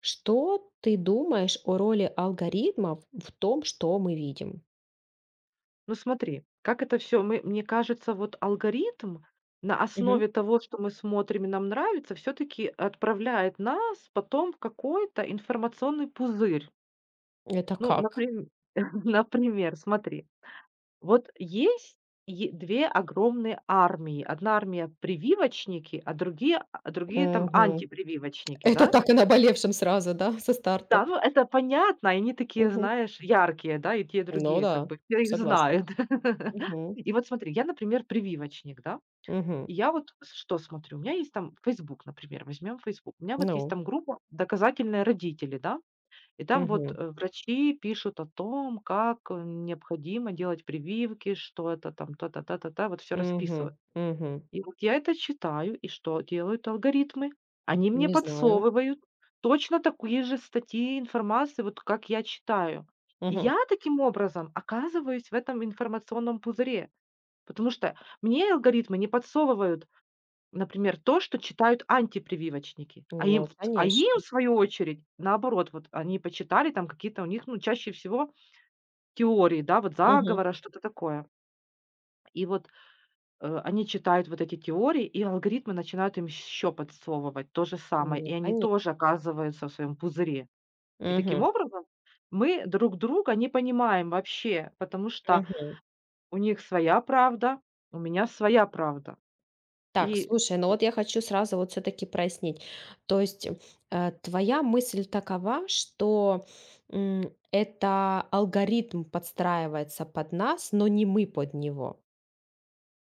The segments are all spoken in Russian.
Что ты думаешь о роли алгоритмов в том, что мы видим? Ну смотри, как это все, мне кажется, вот алгоритм на Мгм. основе того, что мы смотрим и нам нравится, все таки отправляет нас потом в какой-то информационный пузырь. Это Ну, как? например, например, смотри, вот есть е 2 огромные армии. Одна армия- прививочники, а другие там Мгм. антипрививочники, Это да? так и наболевшим сразу, да, со старта? Да, ну это понятно, и они такие, Мгм. знаешь, яркие, да, и те, и Ну другие, как да, бы, я их согласна. знаю. Мгм. И вот смотри, я, например, прививочник, да, Мгм. и я вот что смотрю, у меня есть там Facebook, например, возьмем Facebook, у меня вот есть Ну. там группа «Доказательные родители», да, и там вот Мгм. Врачи пишут о том, как необходимо делать прививки, что это там, то-то, то-то, то, вот все Мгм. расписывают. Мгм. И вот я это читаю, и что делают алгоритмы? Они мне Не знаю. подсовывают точно такие же статьи информации, вот как я читаю. И Мгм. я таким образом оказываюсь в этом информационном пузыре, потому что мне алгоритмы не подсовывают, например, то, что читают антипрививочники, а им, Ну, в а им конечно. в свою очередь, наоборот, вот они почитали там какие-то у них, ну, чаще всего теории, да, вот Мгм. заговора, что-то такое. И вот они читают вот эти теории, и алгоритмы начинают им еще подсовывать то же самое, и Ну, они конечно. тоже оказываются в своем пузыре. И таким Мгм. образом мы друг друга не понимаем вообще, потому что Мгм. у них своя правда, у меня своя правда. Так, И слушай, ну вот я хочу сразу вот все таки прояснить. То есть, твоя мысль такова, что, это алгоритм подстраивается под нас, но не мы под него.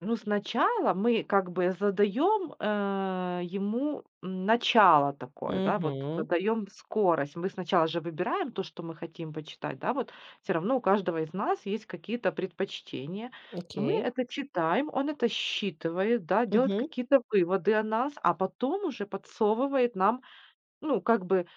Ну, сначала мы как бы задаем, ему начало такое, да, вот Мгм. задаем скорость. Мы сначала же выбираем то, что мы хотим почитать, да, вот все равно у каждого из нас есть какие-то предпочтения. Мы Окей. это читаем, он это считывает, да, делает Мгм. какие-то выводы о нас, а потом уже подсовывает нам, ну, как бы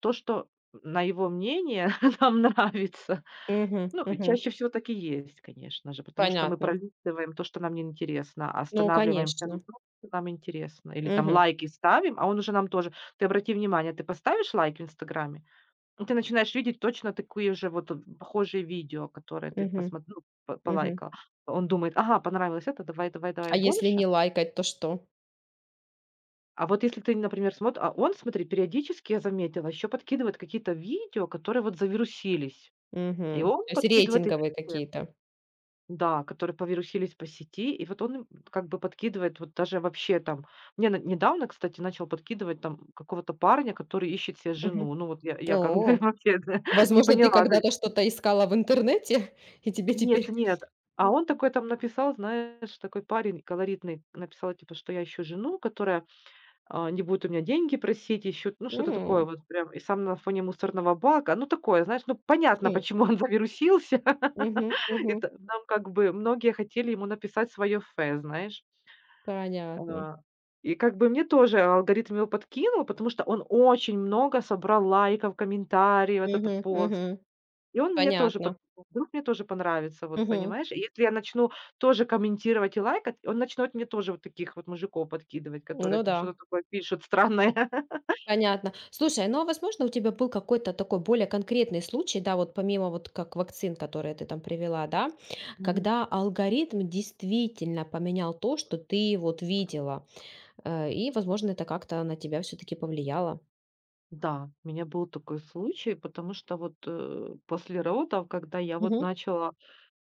то, что на его мнение нам нравится. Мгм. Ну, и Мгм. чаще всего так и есть, конечно же, потому что мы Понятно. пролистываем то, что нам неинтересно, Ну, останавливаемся на конечно. том, что нам интересно, или там Мгм. лайки ставим, а он уже нам тоже. Ты обрати внимание, ты поставишь лайк в "Инстаграме", и ты начинаешь видеть точно такие же вот, похожие видео, которые ты Мгм. посмотрел, по Мгм. полайкал. Он думает: "Ага, понравилось это, давай, давай, давай А если больше". не лайкать, то что? А вот если ты, например, смотри, периодически, я заметила, еще подкидывает какие-то видео, которые вот завирусились, и Мгм. он То есть подкидывает их. рейтинговые какие-то. Да, которые повирусились по сети, и вот он им как бы подкидывает вот даже вообще там. Мне н недавно, кстати, начал подкидывать там какого-то парня, который ищет себе Мгм. жену. Ну вот я как бы О, вообще, да, не возможно, ты поняла. То есть когда-то что-то искала в интернете, и тебе нет, теперь, нет. А он такой там написал, знаешь, такой парень колоритный написал, типа, что я ищу жену, которая не будут у меня деньги просить еще, ну, что-то такое М. вот прям. И сам на фоне мусорного бака. Ну, такое, знаешь, ну, понятно, Мгм. почему он завирусился. Мгм. Мгм. Это нам как бы многие хотели ему написать свое фэ, знаешь. Понятно. А, и как бы мне тоже алгоритм его подкинул, потому что он очень много собрал лайков, комментариев, этот Мгм. пост. Мгм. И он мне тоже под Понятно. вдруг мне тоже понравится, вот Мгм. понимаешь? И если я начну тоже комментировать и лайкать, он начнет мне тоже вот таких вот мужиков подкидывать, которые Ну там да. что-то такое пишут странное. Понятно. Слушай, ну, а возможно, у тебя был какой-то такой более конкретный случай, да, вот помимо вот как вакцин, которые ты там привела, да, Мгм. когда алгоритм действительно поменял то, что ты вот видела, и, возможно, это как-то на тебя все-таки повлияло? Да, у меня был такой случай, потому что вот, после родов, когда я вот Мгм. начала,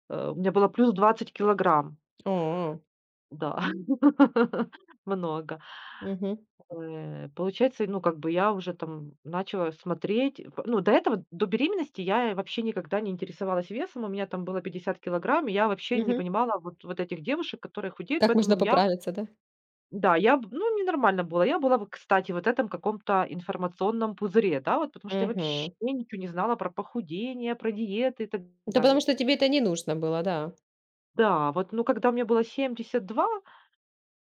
у меня было плюс 20 килограмм, О. да, много. Мгм. Получается, ну, как бы я уже там начала смотреть. Ну, до этого, до беременности я вообще никогда не интересовалась весом. У меня там было 50 килограмм, и я вообще не Мгм. понимала вот, вот этих девушек, которые худеют, Как можно поэтому я... поправиться, да? Да, я б ну, мне нормально было. Я была в, кстати, вот этом каком-то информационном пузыре, да, вот потому что я вообще Мгм. ничего не знала про похудение, про диеты и так Да потому далее. что тебе это не нужно было, да. Да, вот, ну, когда мне было 72,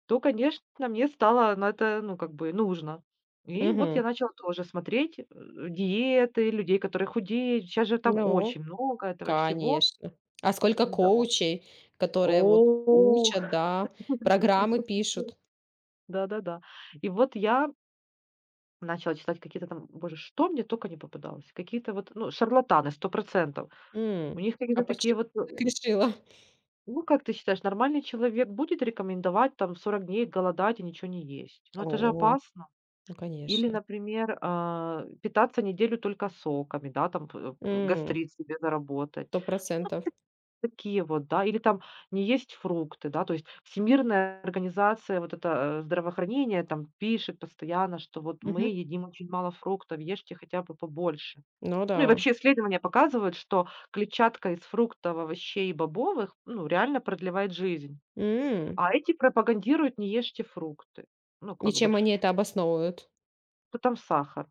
то, конечно, мне стало на это, ну, как бы нужно. И вот я Мгм. начала тоже смотреть, диеты, людей, которые худеют. Сейчас же там Ну, очень много этого всего. конечно. А сколько Да. коучей, которые вот О, учат, да, программы пишут. да-да-да. И вот я начала читать какие-то там, боже, что мне только не попадалось. Какие-то вот, ну, шарлатаны, сто процентов. У М, них а какие-то такие почему вот, ты так решила? ну, как ты считаешь, нормальный человек будет рекомендовать там 40 дней голодать и ничего не есть? Ну, это же О, опасно. ну, Или, конечно. например, питаться неделю только соками, да, там п э, п М, гастрит себе заработать. Сто процентов. Такие вот, да. Или там не есть фрукты, да. То есть Всемирная организация вот это здравоохранения там пишет постоянно, что вот мы Мгм. едим очень мало фруктов, ешьте хотя бы побольше. Ну Ну и да. вообще исследования показывают, что клетчатка из фруктов, овощей и бобовых, ну, реально продлевает жизнь. М, А эти пропагандируют: "Не ешьте фрукты". Ну, и как бы, чем они это обосновывают? то там сахар.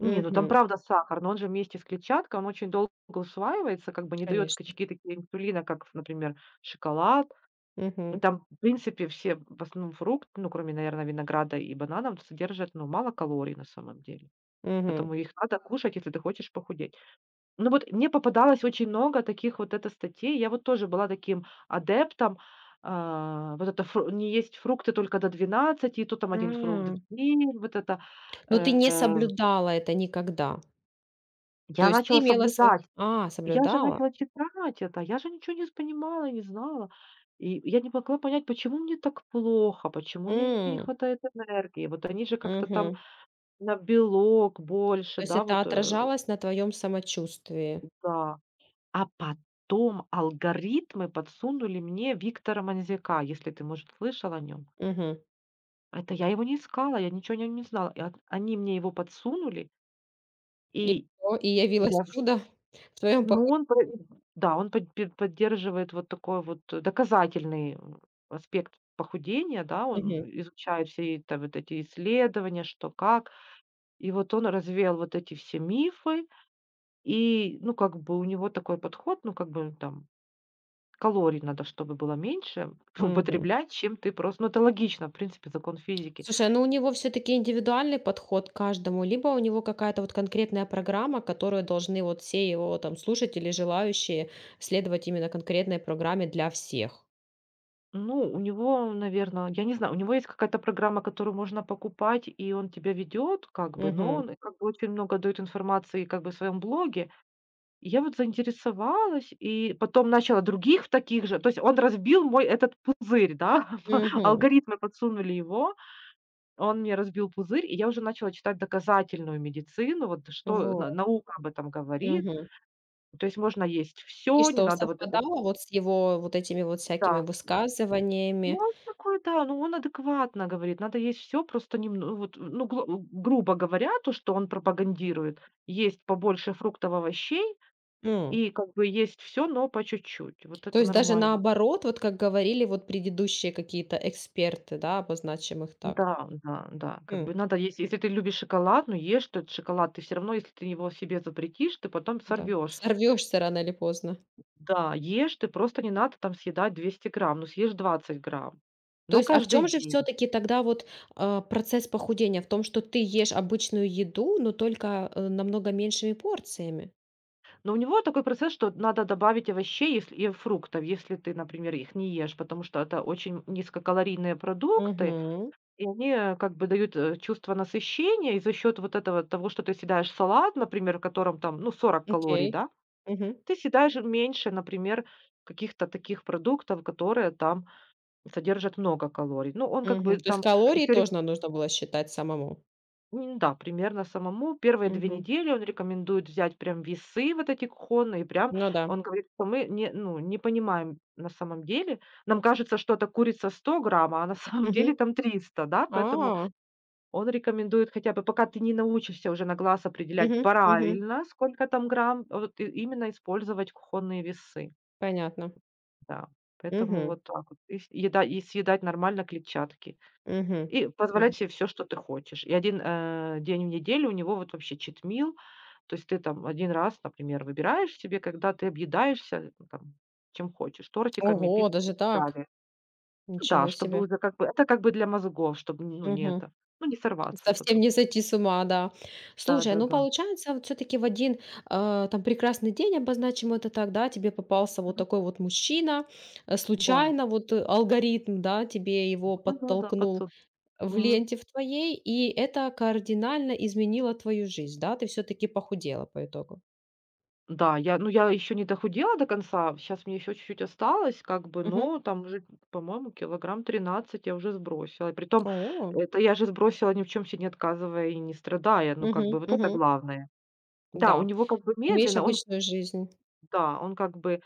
Не, ну там правда сахар, но он же вместе с клетчаткой, он очень долго усваивается, как бы не дает Конечно. скачки такие инсулина, как, например, шоколад. И Мгм. там, в принципе, все в основном фрукты, ну, кроме, наверное, винограда и бананов, содержат, ну, мало калорий на самом деле. Мгм. Поэтому их надо кушать, если ты хочешь похудеть. Ну вот мне попадалось очень много таких вот это статей. Я вот тоже была таким адептом. А, вот это фру не есть фрукты только до 12 и то там один фрукт А, в день, вот это. но ты не Э, соблюдала это никогда? То я есть ты начала соблюдать. Я же соблюдала? начала читать это, я же ничего не понимала, не знала. И я не могла понять, почему мне так плохо, почему мне не М, хватает энергии. Вот они же как-то там Мгм. на белок больше, То есть да, это вот, отражалось на твоем самочувствии? да. А потом алгоритмы подсунули мне Виктора Манзяка, если ты, может, слышал о нем. Мгм. Это я его не искала, я ничего о нем не знала. И от они мне его подсунули, И и что? И явилось я чудо в твоем ну, походе. он про да, он поддерживает вот такой вот доказательный, аспект похудения, да, он Мгм, изучает все это вот эти исследования, что как. И вот он развеял вот эти все мифы, и, ну, как бы у него такой подход, ну, как бы там калорий надо, чтобы было меньше мгм. употреблять, чем ты просто... ну, это логично, в принципе, закон физики. Слушай, ну у него все-таки индивидуальный подход к каждому, либо у него какая-то вот конкретная программа, которую должны вот все его там слушатели, желающие следовать именно конкретной программе для всех. Ну, у него, наверное, я не знаю, у него есть какая-то программа, которую можно покупать, и он тебя ведет как бы, но Мгм, он как бы очень много дает информации как бы в своем блоге. И я вот заинтересовалась, и потом начала других в таких же. То есть он разбил мой этот пузырь, да, мгм. алгоритмы подсунули его, он мне разбил пузырь, и я уже начала читать доказательную медицину, вот что на Вот, наука об этом говорит. мгм. То есть можно есть И все, не что, надо вот это... совпадало вот с его вот этими вот всякими Да. Ну, высказываниями? он такой, да, ну, он адекватно говорит: "Надо есть все, просто немн..." вот, ну, гло грубо говоря, то, что он пропагандирует: есть побольше фруктов, овощей М. и как бы есть все, но по чуть-чуть. Вот То это есть даже нормально. наоборот, вот как говорили вот предыдущие какие-то эксперты, да, обозначим их так. Да, да, да. Как бы М, надо есть, если ты любишь шоколад, ну, ешь ты этот шоколад. Ты все равно, если ты его себе запретишь, ты потом да. сорвешься. Сорвешься рано или поздно. Да, ешь ты, просто не надо там съедать 200 грамм, ну, съешь 20 грамм, То но есть, а в каждый чем же день. все-таки тогда процесс похудения? В том, что ты ешь обычную еду, но только намного меньшими порциями. Но у него такой процесс, что надо добавить овощей если и фруктов, если ты, например, их не ешь, потому что это очень низкокалорийные продукты, Мгм. и они, как бы дают, чувство насыщения. И за счет вот этого того, что ты съедаешь салат, например, в котором там, ну, 40 калорий, Окей. да, Мгм. ты съедаешь меньше, например, каких-то таких продуктов, которые там содержат много калорий. Ну, он как бы Мгм. То есть там... калории тоже нам нужно было считать самому. М, да, примерно самому. Первые 2 Мгм. недели он рекомендует взять прям весы вот эти кухонные, прям Ну да. он говорит, что мы не, ну, не понимаем на самом деле. Нам кажется, что эта курица 100 грамм, а на самом Мгм. деле там 300, да, А, поэтому он рекомендует хотя бы, пока ты не научишься уже на глаз определять Мгм, мгм. правильно, сколько там грамм, вот и именно использовать кухонные весы, Понятно. да. Поэтому Мгм, вот так вот. И еда, и съедать нормально клетчатки. мгм, И мгм. позволять себе все, что ты хочешь. И один день в неделю у него вот вообще чит мил. То есть ты там один раз, например, выбираешь себе, когда ты объедаешься, ну, там, чем хочешь: тортиками, Ого, пиццей и даже так так. далее. Ну да, Ничего чтобы себе. уже как бы это как бы для мозгов, чтобы, ну, не Мгм. это, ну, не сорваться Совсем потом. не сойти с ума, да. Слушай, ну Да-да-да. получается, вот все-таки в один там прекрасный день, обозначим это так, да, тебе попался вот Мгм. такой вот мужчина, Да. случайно вот алгоритм, да, тебе его Да-да-да, подтолкнул подсу в Мгм. ленте в твоей, и это кардинально изменило твою жизнь, да, ты все-таки похудела по итогу. Да, я, ну, я еще не дохудела до конца, сейчас мне еще чуть-чуть осталось, как бы, Мгм. но там уже, по-моему, килограмм 13 я уже сбросила. И притом, О, это я же сбросила ни в чем себе не отказывая и не страдая, ну, как мгм, бы, вот это мгм. главное. Да, у Да, него как бы имеешь медленно, он, обычную жизнь. да, он как бы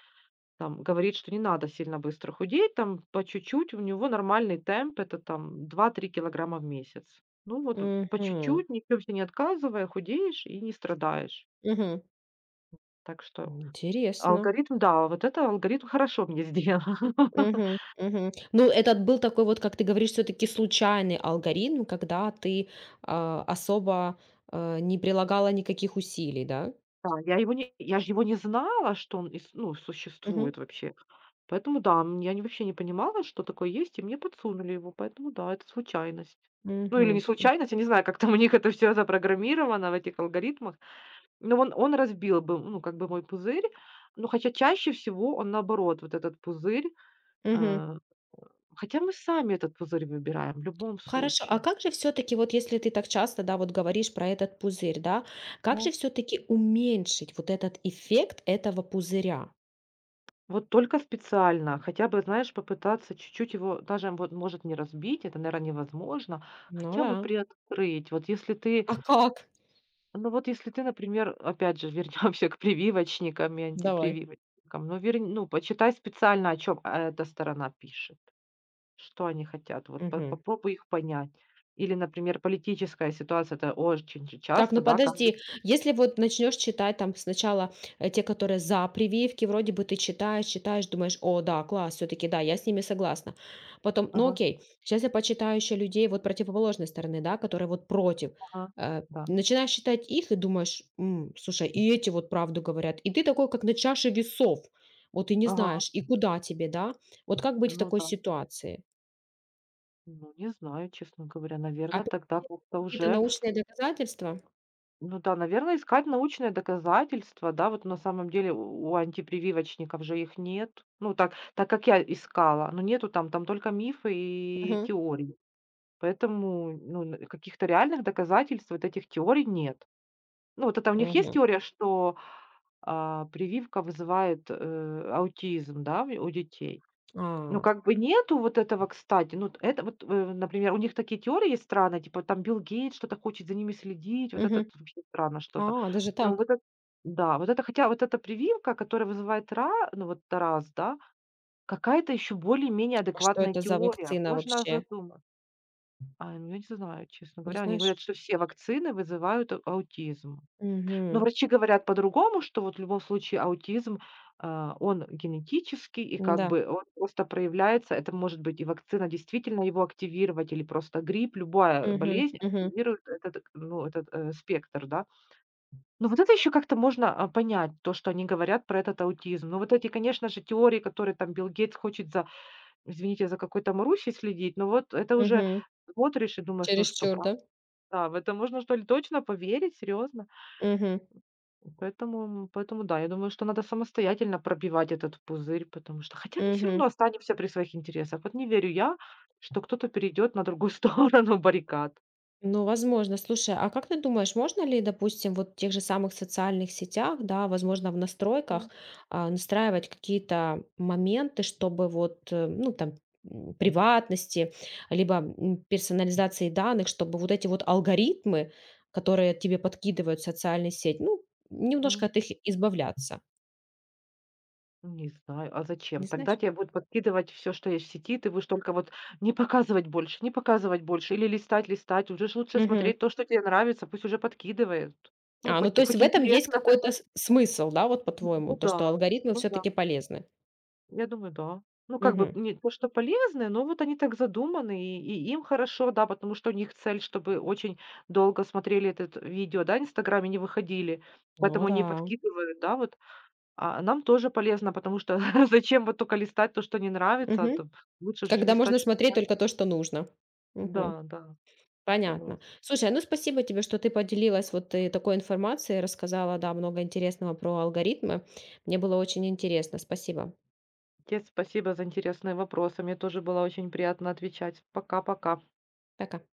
там говорит, что не надо сильно быстро худеть, там по чуть-чуть, у него нормальный темп, это там 2-3 килограмма в месяц. Ну вот, по Мгм, чуть-чуть, ни в чем себе не отказывая, худеешь и не страдаешь. мгм. Так что... Интересно. Алгоритм, да, вот это алгоритм хорошо мне сделал. Мгм, мгм. Ну, этот был такой вот, как ты говоришь, все таки случайный алгоритм, когда ты, особо, не прилагала никаких усилий, да? Да, я ж его не знала, что он ис ну, Мгм, существует вообще. Поэтому да, я не вообще не понимала, что такое есть, и мне подсунули его, поэтому да, это случайность. Ну, или не мгм, м, случайность, я не знаю, как там у них это все запрограммировано в этих алгоритмах. Но он разбил бы, ну, как бы мой пузырь, но хотя чаще всего он наоборот, вот этот пузырь, мгм. э хотя мы сами этот пузырь выбираем в любом Хорошо, а случае. как же все таки вот если ты так часто, да, вот говоришь про этот пузырь, да, как же все таки уменьшить вот этот эффект этого пузыря? Вот только специально, хотя бы, знаешь, попытаться чуть-чуть его, даже вот, может, не разбить, это, наверное, невозможно, Ну хотя бы да. приоткрыть. Вот если ты, А как? ну вот если ты, например, опять же, вернемся к прививочникам и Давай. антипрививочникам, ну, почитай специально, о чем эта сторона пишет, что они хотят, вот Мгм. попробуй их понять. Или, например, политическая ситуация, это очень же Так, часто, ну да, каждый... подожди, если вот начнешь читать там сначала, те, которые за прививки, вроде бы ты читаешь, читаешь, думаешь: "О да, класс, все таки да, я с ними согласна". Потом: "Ну Ага, окей, сейчас я почитаю еще людей вот противоположной стороны, да, которые вот против". ага, да, Начинаешь читать их и думаешь: "Слушай, и эти вот правду говорят". И ты такой, как на чаше весов. Вот и не ага, знаешь, и куда тебе, да? Вот как быть в ну такой да. ситуации? Ну, не знаю, честно говоря, наверное, Опять тогда как-то какие-то уже научные доказательства? ну да, наверное, искать научное доказательство, да, вот на самом деле у антипрививочников же их нет. Ну, так, так как я искала, но нету там, там только мифы и Угу. теории. Поэтому, ну, каких-то реальных доказательств вот этих теорий нет. Ну, вот это у них есть Мгм. теория, что прививка вызывает аутизм, да, у детей. Ну, А. как бы нету вот этого, кстати. Ну, т это вот, э, например, у них такие теории есть странные, типа там Билл Гейтс что-то хочет за ними следить, вот это Мгм. вообще странно что-то. А, даже Ну так? вот это, да, вот это хотя вот эта прививка, которая вызывает ра ну, вот раз, да, какая-то еще более-менее А что адекватная это за теория. вакцина Можно вообще? задуматься. А, ну, я не знаю, честно Не говоря. Они говорят, знаешь? что все вакцины вызывают аутизм. Но Угу, врачи говорят по-другому, что вот в любом случае аутизм, он генетический, и как да бы он просто проявляется. Это может быть и вакцина действительно его активировать, или просто грипп, любая Угу, болезнь угу, активирует этот, ну, этот, спектр, да. Но вот это еще как-то можно, понять, то, что они говорят про этот аутизм. Но вот эти, конечно же, теории, которые там Билл Гейтс хочет за, извините, за какой-то Марусей следить, но вот это уже угу. смотришь и думаешь: "Ну что, Чересчур, правда? да? В это можно, что ли, точно поверить? Серьезно?" Угу, Поэтому да, я думаю, что надо самостоятельно пробивать этот пузырь, потому что хотя мы все угу. равно останемся при своих интересах. Вот не верю я, что кто-то перейдет на другую сторону баррикад. Ну, возможно. Слушай, а как ты думаешь, можно ли, допустим, вот в тех же самых социальных сетях, да, возможно, в М. настройках, настраивать какие-то моменты, чтобы вот, ну, там, приватности, либо персонализации данных, чтобы вот эти вот алгоритмы, которые тебе подкидывают в социальные сети, ну, немножко от их избавляться. М, не знаю, а зачем? Не Тогда знаешь? тебе будут подкидывать все что есть в сети, ты будешь только вот не показывать больше, не показывать больше или листать, листать. Уже ж лучше Мгм. смотреть то, что тебе нравится, пусть уже подкидывает. Ну, А, ну хоть то есть хоть в этом есть интересно. какой-то смысл, да, вот по-твоему, Ну то, что да, алгоритмы ну да. все-таки полезны. Я думаю, да. Ну, как бы Мгм. не то, что полезные, но вот они так задуманы, и им хорошо, да, потому что у них цель, чтобы очень долго смотрели это видео, да, в Инстаграме не выходили, Ну поэтому они да. подкидывают, да, вот. А нам тоже полезно, потому что зачем вот только листать то, что не нравится, Мгм. там, лучше же Когда листать, можно что смотреть нравится. только то, что нужно. Мгм. Да, да, Понятно. согласна. Слушай, ну спасибо тебе, что ты поделилась вот такой информацией, рассказала, да, много интересного про алгоритмы. Мне было очень интересно. Спасибо. Тебе спасибо за интересные вопросы, мне тоже было очень приятно отвечать. Пока-пока. Пока.